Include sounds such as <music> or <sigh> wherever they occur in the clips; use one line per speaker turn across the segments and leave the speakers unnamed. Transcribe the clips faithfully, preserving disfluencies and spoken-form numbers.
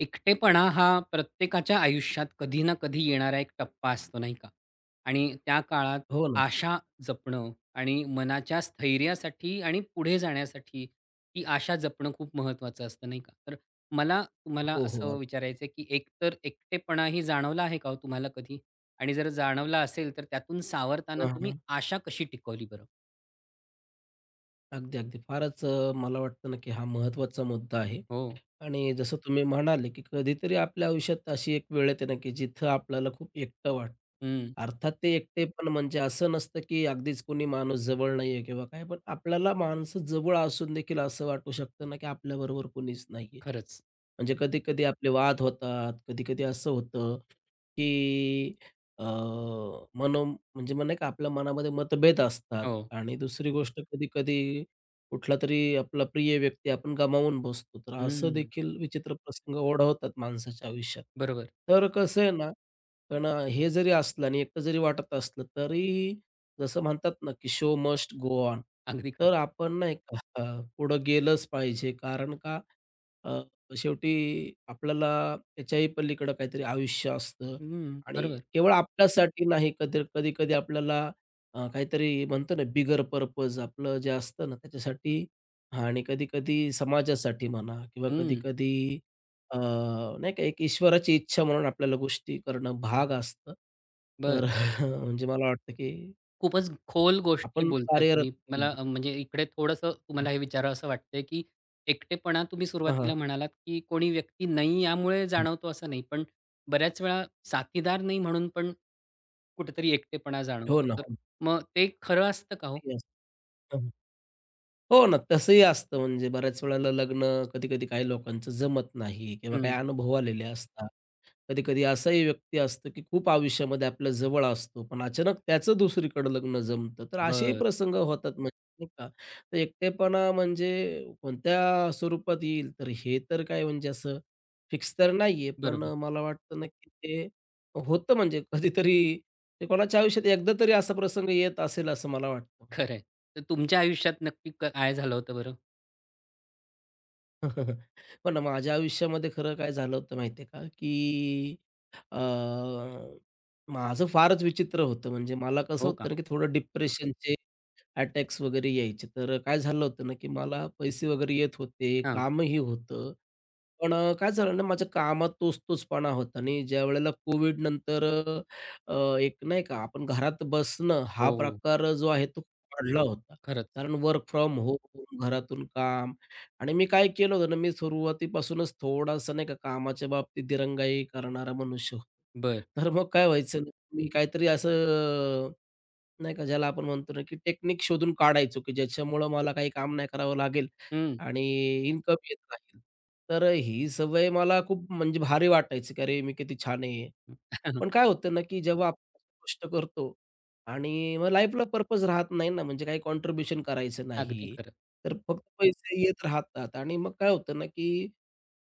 एकटेपणा हा प्रत्येकाच्या आयुष्यात कधी ना कधी येणारा एक टप्पा असतो नाही का? आणि त्या काळात
हो ना.
आशा जपणं आणि मनाच्या स्थैर्यासाठी आणि पुढे जाण्यासाठी ती आशा जपणं खूप महत्त्वाचं असतं नाही का? तर मला तुम्हाला
हो, हो.
असं विचारायचं आहे, की एकतर एकटेपणाही जाणवला आहे का हो तुम्हाला कधी? आणि जर जाणवला असेल, तर त्यातून
अग
सावरताना
हां,
तुम्ही
हां.
आशा कशी टिकवली बरं?
अगदी, अगदी. फारच अ, मला वाटतं ना, की हा महत्त्वाचा मुद्दा आहे
हो.
आणि जसं तुम्ही म्हणाले, की कधीतरी आपल्या आयुष्यात अशी एक वेळ येते ना, की जिथं आपल्याला खूप एकटं वाटतं.
हं.
अर्थात ते एकटेपण म्हणजे असं नसतं, की अगदीच कोणी माणूस जवळ नाहीये किंवा काय, पण आपल्याला माणसं जवळ असून देखील असं वाटू शकतं ना, की आपल्याबरोबर कोणीच नाहीये.
खरंच.
म्हणजे कधी-कधी आपले वाद होतात, कधी-कधी असं होतं, की अ, मनो म्हणजे मग नाही का आपल्या मनामध्ये मतभेद असतात
हो.
आणि दुसरी गोष्ट कधी-कधी कुठलातरी आपला प्रिय व्यक्ती आपण गमावून बसतो. तर असं
हं.
देखील विचित्र प्रसंग ओढवतात माणसाच्या आयुष्यात.
बरोबर.
तर कसं आहे ना, पण अ, हे जरी असलं आणि एकटं जरी वाटत असलं तरी जसं म्हणतात ना, की शो मस्ट गो ऑन.
अगदी
तर
खरं.
आपण नाही का अं, पुढं गेलंच पाहिजे. कारण का? शेवटी आपल्याला त्याच्याही पलीकडं काहीतरी आयुष्य असतं
हं.
आणि
बरोबर.
केवळ आपल्यासाठी नाही, कधी कधी-कधी आपल्याला अ, काहीतरी म्हणतो ना, बिगर पर्पज आपलं जे असतं ना, त्याच्यासाठी आणि कधी-कधी समाजासाठी म्हणा किंवा
हं.
कधी-कधी नाही का, एक ईश्वराची इच्छा म्हणून आपल्याला गोष्टी करणं भाग असतं.
बरं.
तर <laughs> म्हणजे मला वाटतं, की
खूपच खोल गोष्टी
आपण
बोलताय
कार्यरत
तुम्ही.
हं,
मला अ, म्हणजे इकडे थोडंसं
हं.
तुम्हाला हे विचारावसं वाटतंय, की एकटेपणा तुम्ही सुरुवातीला म्हणालात, की कोणी व्यक्ती नाही यामुळे जाणवतो असं नाही. पण बऱ्याच वेळा साथीदार नाही म्हणून पण कुठेतरी एकटेपणा
हो
जाणवतो.
ना,
तर
हो.
मग ते खरं असतं का हो?
Yes. हो ना, तसंही असतं म्हणजे बऱ्याच वेळेला लग्न कधी-कधी काही लोकांचं जमत नाही किंवा काही
हं.
अनुभव आलेले असतात. कधी-कधी असाही व्यक्ती असतो, की खूप आयुष्यामध्ये आपल्या जवळ असतो, पण अचानक त्याचं दुसरीकडे लग्न जमतं. तर असेही
बरं.
प्रसंग होतात म्हणजे नाही का. तर एकटेपणा म्हणजे कोणत्या स्वरूपात येईल, तर हे तर काय म्हणजे असं फिक्स तर नाहीये. पण
बरोबर.
मला वाटतं ना, की ते होतं म्हणजे कधीतरी ते कोणाच्या आयुष्यात एकदा तरी असा प्रसंग येत असेल असं मला वाटतं. म्हणजे.
खरं तर तुमच्या आयुष्यात नक्की क काय झालं होतं बरं?
<laughs> पण माझ्या आयुष्यामध्ये खरं काय झालं होतं माहिती का, की अ, माझं फारच विचित्र होतं. म्हणजे मला कसं
हो
होतं
का?
ना, की थोडं डिप्रेशनचे अटॅक्स वगैरे यायचे. तर अ, काय झालं होतं ना, की मला पैसे वगैरे येत होते,
हां.
कामही होतं. पण अ, काय झालं ना, माझ्या कामात तोच-तोचपणा होता आणि ज्यावेळेला कोविड नंतर अ, अ, एक नाही का आपण घरात बसणं हा
हो, हो.
प्रकार जो आहे तो वाढला होता.
खरंच.
कारण वर्क फ्रॉम होम, घरातून काम आणि मी काय केलं होतं ना, मी सुरुवातीपासूनच थोडासा नाही का कामाच्या बाबतीत दिरंगाई करणारा मनुष्य.
बरं.
तर मग काय व्हायचं ना, मी काहीतरी असं नाही का, ज्याला आपण म्हणतो ना, की टेक्निक शोधून काढायचो, की ज्याच्यामुळं मला काही काम नाही करावं लागेल
हं.
आणि इन्कम येत राहील. तर ही सवय मला खूप म्हणजे भारी वाटायची, की अरे, मी किती छान आहे. पण
<laughs>
काय होतं ना, की जेव्हा आपण गोष्ट करतो आणि मग लाईफला पर्पज राहत नाही ना, म्हणजे काही कॉन्ट्रिब्युशन करायचं
अगदी
नाही.
खरं.
तर फक्त पैसे येत राहतात आणि मग काय होतं ना, की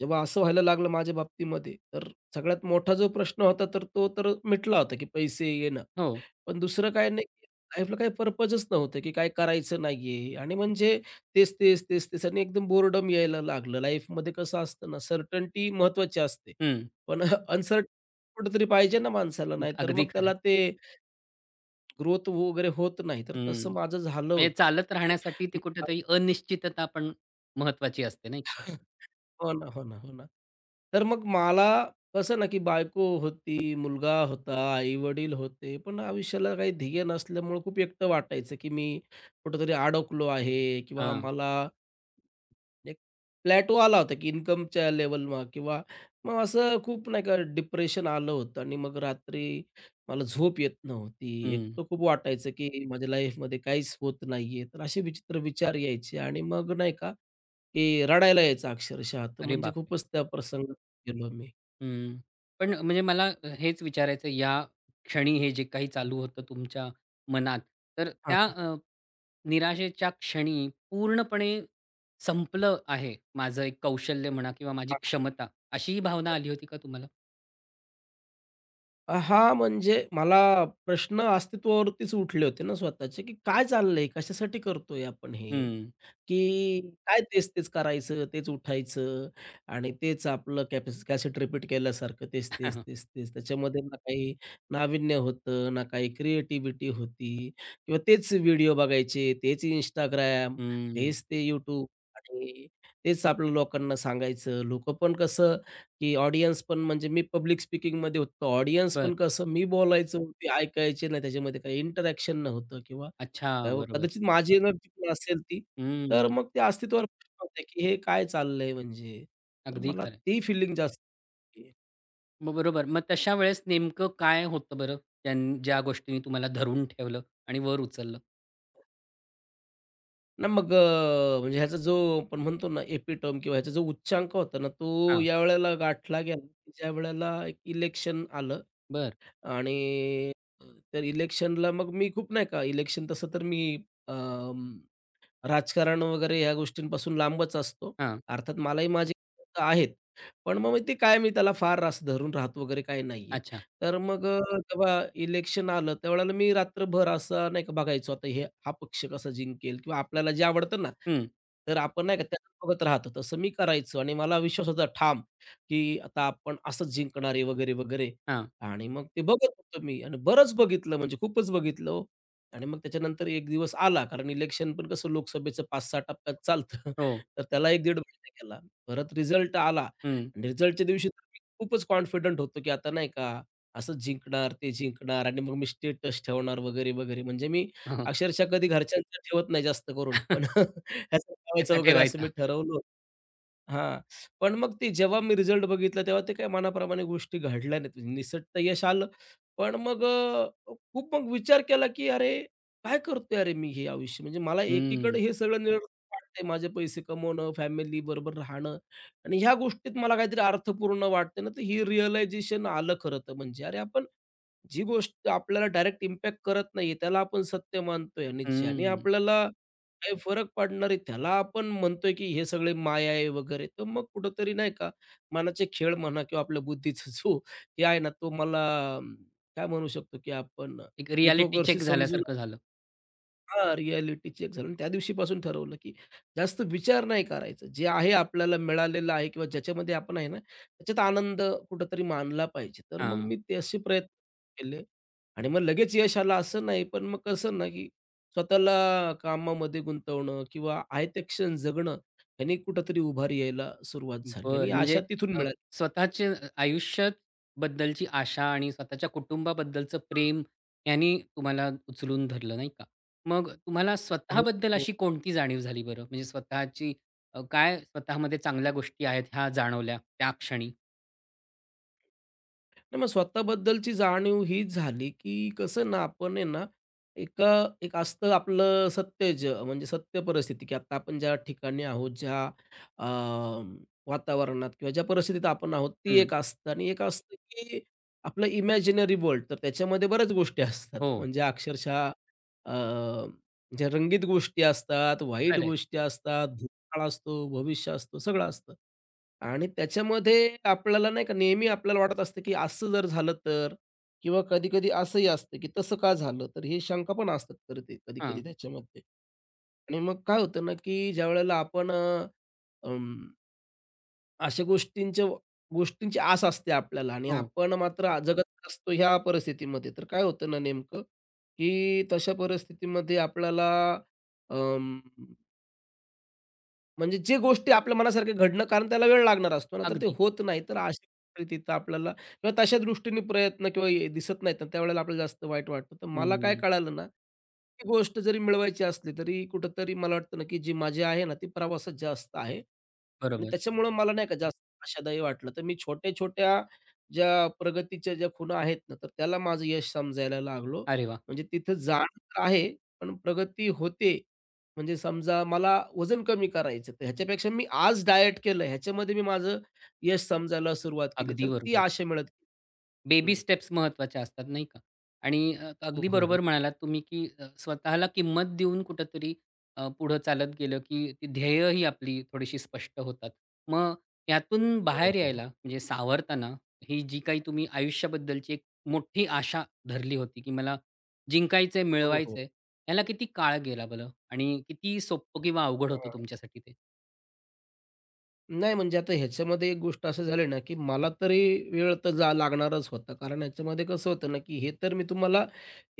जेव्हा असं व्हायला लागलं माझ्या बाबतीमध्ये, तर सगळ्यात मोठा जो प्रश्न होता तर तो तर मिटला होता, की पैसे येणं.
हो.
पण दुसरं काय नाही, लाईफला काही पर्पजच नव्हतं, की काय करायचं नाहीये आणि म्हणजे तेच, तेच, तेच, तेच आणि एकदम बोरडम यायला लागलं. लाईफमध्ये कसं असतं ना, सर्टन्टी महत्त्वाची असते.
हं.
पण अनसर्टन कुठेतरी पाहिजे ना माणसाला, नाहीतर
अगदी
मग
खरं.
त्याला ते ग्रोथ वगैरे होत नाही. तर
हं.
तसं माझं झालं
म्हणजे
होतं.
चालत राहण्यासाठी ती कुठेतरी अनिश्चितता पण महत्त्वाची असते, नाही का?
<laughs> हो ना, हो ना, हो ना. तर मग मला कसं ना, की बायको होती, मुलगा होता, आई-वडील होते, पण आयुष्याला काही ध्येय नसल्यामुळं खूप एकटं वाटायचं, की मी कुठेतरी अडकलो आहे किंवा
हां.
मला एक प्लॅटो आला होता, की इन्कमच्या लेव्हलला किंवा मग असं खूप नाही का डिप्रेशन आलं होतं आणि मग रात्री मला झोप येत नव्हती.
हं.
एकटं खूप वाटायचं, की माझ्या लाईफमध्ये काहीच होत नाहीये. तर असे विचित्र विचार यायचे आणि मग नाही का, की रडायला यायचं अक्षरशः. तर
अरे
म्हणजे
बापरे!
खूपच त्या प्रसंगात गेलो मी.
हं. पण म्हणजे मला हेच विचारायचं आहे, या क्षणी हे जे काही चालू होतं तुमच्या मनात, तर त्या
हां,
अ, निराशेच्या क्षणी पूर्णपणे संपलं आहे माझं एक कौशल्य म्हणा किंवा माझी
हां, हां.
क्षमता, अशी ही भावना आली होती का तुम्हाला?
हां, म्हणजे मला प्रश्न अस्तित्वावरतीच उठले होते ना स्वतःचे, की काय चाललंय? कशासाठी करतोय आपण हे?
हं.
की काय तेच-तेच करायचं, तेच उठायचं आणि तेच आपलं कॅपॅस कॅसेट रिपीट केल्यासारखं तेच, तेच, तेच,
<laughs>
तेच. त्याच्यामध्ये ना काही नाविन्य होतं, ना काही क्रिएटिव्हिटी होती किंवा तेच व्हिडिओ बघायचे, तेच Instagram,
हं.
तेच ते YouTube आणि तेच आपलं लोकांना सांगायचं. लोकं पण कसं, की ऑडियन्स पण म्हणजे मी पब्लिक स्पीकिंगमध्ये होतो. ऑडियन्स
बरं.
पण कसं मी बोलायचो, ते ऐकायचे नाही. त्याच्यामध्ये काही इंटरॅक्शन नव्हतं किंवा
अच्छा.
तर
बरोबर.
कदाचित माझी एनर्जी पण असेल ती,
हं.
तर मग ते अस्तित्वावर प्रश्न होते, की हे काय चाललंय म्हणजे? तर
अगदी
मला
खरं.
ती फीलिंग जास्त येते.
मग बरोबर. मग तशा वेळेस नेमकं काय होतं बरं? त्यां ज्या गोष्टींनी तुम्हाला धरून ठेवलं आणि वर उचललं?
ना मग अ, म्हणजे ह्याचा जो आपण म्हणतो ना एपिटोम किंवा ह्याचा जो उच्चांक होता ना, तो
हां.
यावेळेला गाठला गेला, ज्यावेळेला एक इलेक्शन आलं
बरं.
आणि अ, तर इलेक्शनला मग मी खूप नाही का, इलेक्शन तसं तर मी राजकारण वगैरे ह्या गोष्टींपासून लांबच असतो.
हां.
अर्थात मलाही माझी आहेत. पण मग ते काय मी त्याला फार रास धरून राहत वगैरे काही नाहीये.
अच्छा.
तर मग अ, जेव्हा इलेक्शन आलं त्यावेळेला मी रात्रभर असं नाही का बघायचो आता हे हा पक्ष कसा जिंकेल किंवा आपल्याला जे आवडतं ना,
हं.
तर आपण नाही का त्याला बघत राहतो. तसं मी करायचो आणि मला विश्वास होता ठाम, की आता आपण असंच जिंकणार वगैरे, वगैरे.
हां.
आणि मग ते बघत होतो मी आणि बरंच बघितलं म्हणजे खूपच बघितलं हो. आणि मग त्याच्यानंतर एक दिवस आला, कारण इलेक्शन पण कसं लोकसभेचं पाच सहा टप्प्यात चालतं. <laughs>
हो.
तर त्याला एक पंधरा महिना गेला. परत रिझल्ट आला
हं.
आणि रिझल्टच्या दिवशी तर मी खूपच कॉन्फिडंट होतो, की आता नाही का असंच जिंकणार, ते जिंकणार आणि मग मी स्टेटस ठेवणार वगैरे, वगैरे. म्हणजे मी
<laughs> हं,
अक्षरशः कधी घरच्यांचं ठेवत नाही जास्त करून, पण <laughs> ह्याचं ठेवायचं
त्याचा
वगैरे असं
ठेवायचा.
मी ठरवलं हां. पण मग ते जेव्हा मी रिझल्ट बघितला, तेव्हा ते काही मनाप्रमाणे गोष्टी घडल्या नाहीत. म्हणजे निसटतं यश आलं, पण मग अ, खूप मग विचार केला, की "अरे, काय करतोय अरे मी हे आयुष्य?" म्हणजे मला
हं.
एकीकडे हे सगळं निरर्थक वाटतंय. माझे पैसे कमवणं, फॅमिली बरोबर राहणं आणि ह्या गोष्टीत मला काहीतरी अर्थपूर्ण वाटतंय ना, तर ही रिअलायझेशन आलं खरं तर म्हणजे. अरे, आपण जी गोष्ट आपल्याला डायरेक्ट इम्पॅक्ट करत नाहीये, त्याला आपण सत्य मानतोय आणि ज्याने
हं.
आपल्याला काही फरक पडणार आहे, त्याला आपण म्हणतोय की हे सगळे माया आहे वगैरे. तर मग कुठेतरी नाही का मनाचे खेळ म्हणा किंवा आपल्या बुद्धीचा <laughs> जो हे आहे ना, तो मला अं, काय म्हणू शकतो की आपण
एक रिएलिटी
हिपोक्रसी
चेक
समजून
झाल्यासारखं झालं.
हां, रिअॅलिटी चेक झालं आणि त्या दिवशीपासून ठरवलं, की जास्त विचार नाही करायचा. जे आहे आपल्याला मिळालेलं आहे किंवा ज्याच्यामध्ये आपण आहे ना, त्याच्यात आनंद कुठेतरी मानला पाहिजे. तर मग मी
हां.
ते असे प्रयत्न केले आणि मग लगेच यश आलं असं नाही, पण मग कसं ना, की स्वतःला कामामध्ये गुंतवणं किंवा आहे ते क्षण जगणं, ह्यानी कुठेतरी उभारी यायला सुरुवात झाली आणि
बरं. म्हणजे
आशा तिथून
अ,
मिळाली.
स्वतःचे अ, आयुष्यात बद्दलची आशा आणि स्वतःच्या कुटुंबाबद्दलचं प्रेम यांनी तुम्हाला उचलून धरलं, नाही का? मग तुम्हाला
हो.
स्वतःबद्दल
हो.
अशी कोणती जाणीव झाली बरं? म्हणजे स्वतःची अ, काय स्वतःमध्ये चांगल्या गोष्टी आहेत ह्या जाणवल्या त्या क्षणी?
नाही मग स्वतःबद्दलची जाणीव हीच झाली, की कसं ना आपण आहे ना, एका एक असतं आपलं सत्य ज म्हणजे सत्य परिस्थिती, की आता आपण ज्या ठिकाणी आहोत, ज्या अ, वातावरणात किंवा ज्या परिस्थितीत आपण आहोत, ती
हं.
एक असतं आणि एक असतं, की आपलं इमॅजिनरी वर्ल्ड. तर त्याच्यामध्ये बऱ्याच गोष्टी असतात.
हो,
म्हणजे अक्षरशः अ, ज्या रंगीत गोष्टी असतात, वाईट
खरं
गोष्टी असतात, भूतकाळ असतो, भविष्य असतो, सगळं असतं. आणि त्याच्यामध्ये आपल्याला नाही का नेहमी आपल्याला वाटत असतं, की असं जर झालं तर? किंवा कधी-कधी असंही असतं, की तसं का झालं? तर हे शंका पण असतात खरं ते कधी-कधी
हां.
त्याच्यामध्ये. आणि मग काय होतं ना, की ज्यावेळेला आपण अ, अं, अशा गोष्टींच्या गोष्टींची आस असते आपल्याला आणि
हो,
आपण मात्र जगत असतो ह्या परिस्थितीमध्ये. तर काय होतं ना नेमकं, की तशा परिस्थितीमध्ये आपल्याला अं म्हणजे जे गोष्टी आपल्या मनासारखे घडणं कारण त्याला वेळ लागणार असतो ना, तर ते
अगदी.
होत नाही. तर अशा परिस्थितीत आपल्याला किंवा तशा दृष्टीने प्रयत्न किंवा हे दिसत नाहीत ना, त्यावेळेला आपल्याला जास्त वाईट वाटतं. तर मला काय
हं.
कळालं ना, ती गोष्ट जरी मिळवायची असली तरी कुठेतरी मला वाटतं ना, की जी माझी आहे ना, ती प्रवासात जास्त आहे आणि
बरोबर.
त्याच्यामुळं मला नाही का जास्त आशादायी वाटलं. तर मी छोट्या-छोट्या ज्या प्रगतीच्या ज्या खुणा आहेत ना, तर त्याला माझं यश समजायला लागलो.
अरे वाह!
म्हणजे तिथं जाण तर आहे, पण प्रगती होते म्हणजे समजा मला वजन कमी करायचं आहे, तर ह्याच्यापेक्षा मी आज डाएट केलं, ह्याच्यामध्ये मी माझं यश समजायला सुरुवात केली,
अगदी
तर ती
बरोबर.
आशा मिळत
बेबी
हं.
स्टेप्स महत्त्वाच्या असतात नाही का? आणि अ,
हो,
अगदी
हो, हो.
बरोबर म्हणालात तुम्ही, की अ, स्वतःला किंमत देऊन कुठेतरी अ, पुढं चालत गेलं, की ती ध्येय ही आपली थोडीशी स्पष्ट होतात. मग यातून
हो,
बाहेर
हो.
यायला म्हणजे सावरताना ही जी काही तुम्ही आयुष्याबद्दलची एक मोठी आशा धरली होती, की मला जिंकायचंय,
हो, हो.
मिळवायचंय, याला किती काळ गेला बरं? आणि किती सोपं किंवा अवघड
हो.
होतं तुमच्यासाठी ते?
नाही, म्हणजे आता ह्याच्यामध्ये एक गोष्ट असं झाली ना, की मला तरी वेळ तर जा लागणारच होता. कारण ह्याच्यामध्ये कसं होतं ना, की हे तर मी तुम्हाला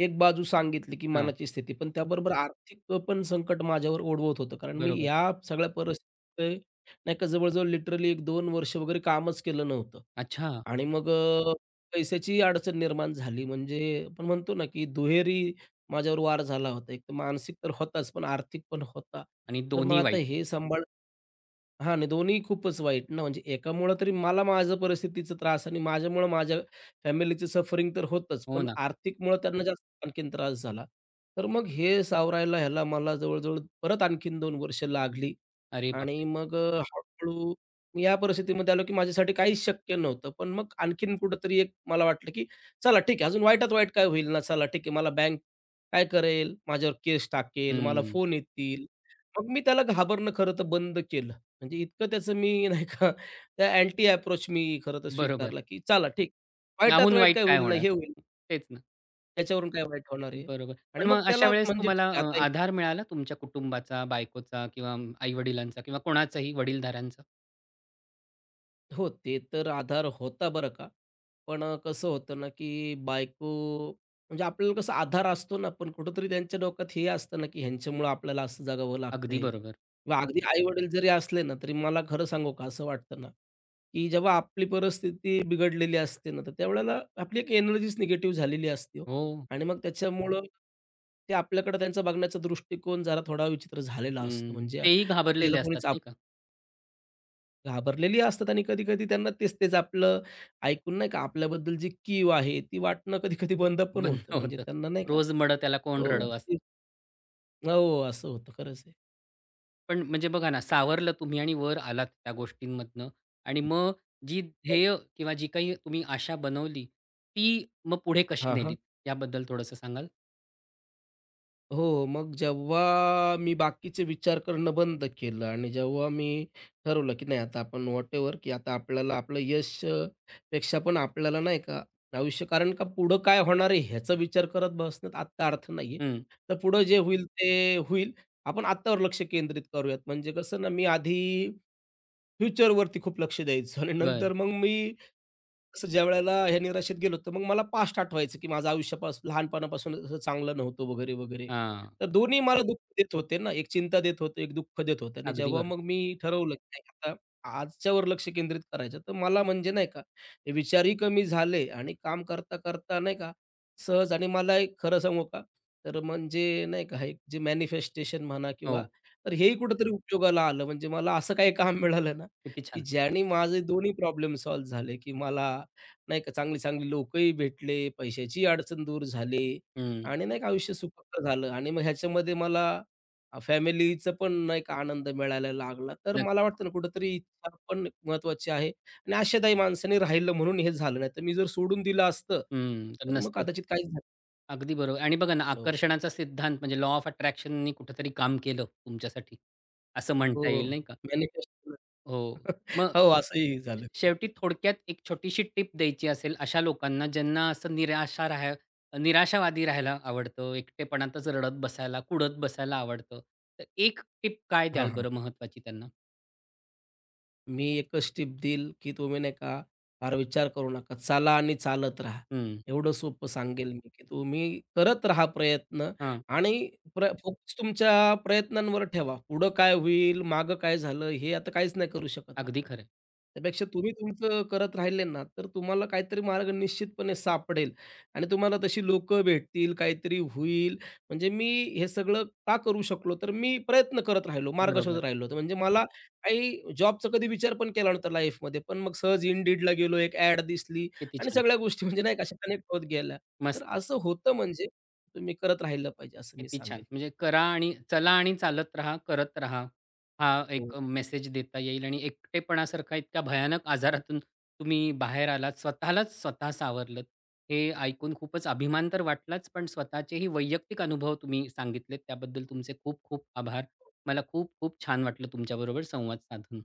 एक बाजू सांगितली, की
हां,
मनाची स्थिती. पण त्याबरोबर आर्थिक पण संकट माझ्यावर ओढवत होतं. कारण मी
बरोबर.
ह्या सगळ्या परिस्थितीत नाही का जवळ लिटरली एक दोन वर्ष वगैरे कामच केलं नव्हतं.
अच्छा
आणि मग अ, पैशाची अडचण निर्माण झाली. म्हणजे आपण म्हणतो ना, की दुहेरी माझ्यावर वार झाला होता. एक तर मानसिक तर होताच, पण आर्थिक पण होता.
आणि
तर मग
दोन्ही
आता
वाईट.
हे सांभाळणं हां, नाही दोन्ही खूपच वाईट ना, म्हणजे एकामुळं तरी मला माझं परिस्थितीचा त्रास आणि माझ्यामुळं माझ्या फॅमिलीचं सफरिंग तर होतंच,
हो
पण
ना.
आर्थिकमुळं त्यांना जास्त आणखीन त्रास झाला. तर मग हे सावरायला ह्याला मला जवळ-जवळ परत आणखीन दोन वर्ष लागली
अरे
आणि
बापरे!
मग अ, हळू मी या परिस्थितीमध्ये आलो, की माझ्यासाठी काहीच शक्य नव्हतं. पण मग आणखीन कुठेतरी एक मला वाटलं, की चला ठीक आहे, अजून वाईटात वाईट काय होईल ना, चला ठीक आहे, मला बँक काय करेल, माझ्यावर केस टाकेल, मला
हं,
फोन येतील. मग मी त्याला घाबरणं खरं तर बंद केलं. म्हणजे इतकं त्याचं मी <laughs> नाही का त्या अँटी अप्रोच मी खरं तर
बरोबर.
स्वीकारला, की चला ठीक. वाईटात
याहून
वाईट
वाईट
काय
काय
होईल ना,
होणार?
हे होईल.
तेच ना.
त्याच्यावरून काय वाईट होणार आहे?
बरोबर.
आणि
पण
मग
मग अशा
त्याला
वेळेस
म्हणजे
तुम्हाला
ठीक आहे,
अ,
आता
आधार मिळाला तुमच्या कुटुंबाचा, बायकोचा किंवा आई-वडिलांचा किंवा कोणाचाही वडीलधाऱ्यांचा?
हो, ते तर आधार होता बरं का. पण अ, कसं होतं ना, की बायको म्हणजे आपल्याला कसा आधार असतो ना, पण कुठेतरी त्यांच्या डोक्यात हे असतं ना, की ह्यांच्यामुळं आपल्याला असं जगावं
अगदी
लागतंय
बरोबर.
किंवा अगदी आई-वडील जरी असले ना, तरी मला खरं सांगू का असं वाटतं ना, की जेव्हा आपली परिस्थिती बिघडलेली असते ना, तर त्यावेळेला आपली एक एनर्जीच निगेटिव्ह झालेली असते हो.
हो.
आणि मग त्याच्यामुळं ते आपल्याकडे त्यांचा बघण्याचा दृष्टिकोन जरा थोडा विचित्र झालेला असतो.
हं.
म्हणजे
तेही
अगदी
घाबरलेले असतात
कोणीच
नाही का? <laughs>
घाबरलेली असतात आणि कधी-कधी त्यांना तेच तेच आपलं ऐकून नाही का आपल्याबद्दल जी कीव आहे ती वाटणं कधी-कधी बंद पण
बंद
होतं. म्हणजे
होतं.
त्यांना नाही का
रोज मडं त्याला
अ,
कोण रडवं असं.
हो, असं होतं. खरंच आहे.
पण म्हणजे बघा ना, सावरलं तुम्ही आणि वर आलात त्या गोष्टींमधनं आणि मग जी ध्येय किंवा जी काही तुम्ही आशा बनवली, ती मग पुढे कशी
हां, हां.
नेलीत? याबद्दल थोडंसं सांगाल?
हो, हो. मग जेव्हा मी बाकीचे विचार करणं बंद केलं आणि जेव्हा मी ठरवलं, की नाही आता आपण व्हॉटएव्हर, की आता आपल्याला आपलं यश अ, पेक्षा पण आपल्याला नाही का आयुष्य कारण का पुढं काय होणार आहे ह्याचा विचार करत बसण्यात आत्ता अर्थ नाहीये.
हं.
तर पुढं जे होईल ते होईल. आपण आत्तावर लक्ष केंद्रित करूयात. म्हणजे कसं ना, मी आधी फ्युचरवरती खूप लक्ष द्यायचो आणि
बरं.
नंतर मग मी असं ज्यावेळेला ह्या निराशेत गेलो, तर मग मला पास्ट आठवायचं, की माझं आयुष्यापास लहानपणापासून असं चांगलं नव्हतं वगैरे, वगैरे.
हां.
तर दोन्ही मला दुःख देत होते ना, एक चिंता देत होते, एक दुःख देत होते आणि
अगदी
जेव्हा मग
बरोबर.
मी ठरवलं, की नाही आता आजच्यावर लक्ष केंद्रित करायचं, तर मला म्हणजे नाही का, हे विचारही कमी झाले आणि काम करता-करता नाही का, सहज आणि मला एक खरं सांगू का, तर म्हणजे नाही का, हे जे मॅनिफेस्टेशन म्हणा किंवा
हो.
तर हेही कुठेतरी उपयोगाला आलं. म्हणजे मला असं काही काम मिळालं ना,
किती
की
छान.
ज्याने माझे दोन्ही प्रॉब्लेम सॉल्व्ह झाले, की मला नाही का, चांगली-चांगली लोकही भेटले, पैशाचीही अडचण दूर झाली
हं.
आणि नाही का आयुष्य सुखकर झालं आणि मग ह्याच्यामध्ये मला अ, फॅमिलीचा पण नाही का आनंद मिळायला लागला. तर
नक्क
मला वाटतं ना कुठेतरी इच्छा पण महत्त्वाची आहे आणि आशादायी माणसाने राहिलं म्हणून हे झालं. नाहीतर मी जर सोडून दिलं असतं,
हं. तर
तर मग
नसतंच.
कदाचित काहीच झालं
अगदी बरोबर आणि बघा ना,
हो,
आकर्षणाचा सिद्धांत म्हणजे लॉ ऑफ अट्रॅक्शननी कुठेतरी काम केलं तुमच्यासाठी, असं म्हणता
हो,
येईल नाही का?
मॅनिफेस्ट
हो.
<laughs>
मग
हो, असंही झालं.
शेवटी थोडक्यात एक छोटीशी टिप द्यायची असेल अशा लोकांना ज्यांना असं निराशा राहा निराशावादी राहायला आवडतं, एकटेपणातच रडत बसायला, कुढत बसायला आवडतं. तर एक टिप काय
हां,
द्याल
हां.
बरं महत्त्वाची त्यांना?
मी एकच टिप देईल, की तुम्ही नाही का फार विचार करू नका. चाला आणि चालत राहा.
हं.
एवढं सोपं सांगेल मी, की तुम्ही करत राहा प्रयत्न
हां.
आणि प्र फोकस तुमच्या प्रयत्नांवर ठेवा. पुढं काय होईल, मागं काय झालं, हे आता काहीच नाही करू शकत
अगदी
आपण.
खरं
त्यापेक्षा तुम्ही तुमचं करत राहिले ना, तर तुम्हाला काहीतरी मार्ग निश्चितपणे सापडेल आणि तुम्हाला तशी लोकं भेटतील, काहीतरी होईल. म्हणजे मी हे सगळं का करू शकलो, तर मी प्रयत्न करत राहिलो, मार्ग शोधत
बरोबर.
राहिलो. तर म्हणजे मला काही जॉबचा कधी विचार पण केला नव्हता लाईफमध्ये. पण मग सहज Indeedला गेलो, एक ॲड दिसली
किती
आणि
छान.
सगळ्या गोष्टी म्हणजे नाही का अशा कनेक्ट होत गेल्या. तर
मस्त.
असं होतं म्हणजे तुम्ही करत राहिलं पाहिजे असं मी
किती छान!
सांगेल.
म्हणजे करा आणि चला आणि चालत राहा, करत राहा. हा
हो.
एक मेसेज देता येईल आणि एकटेपणासारखा इतक्या भयानक आजारातून तुम्ही बाहेर आलात. स्वतःलाच स्वतः सावरलत. हे ऐकून खूपच अभिमान तर वाटलाच, पण स्वतःचेही वैयक्तिक अनुभव तुम्ही सांगितलेत त्याबद्दल तुमचे खूप खूप आभार. मला खूप खूप छान वाटलं तुमच्याबरोबर संवाद साधून.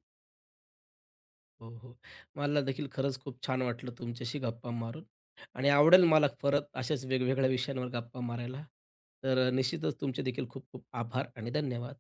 हो, हो. मला देखील खरंच खूप छान वाटलं तुमच्याशी गप्पा मारून आणि आवडेल मला परत अशाच वेगवेगळ्या विषयांवर गप्पा मारायला. तर निश्चितच तुमचे देखील खूप खूप आभार आणि धन्यवाद.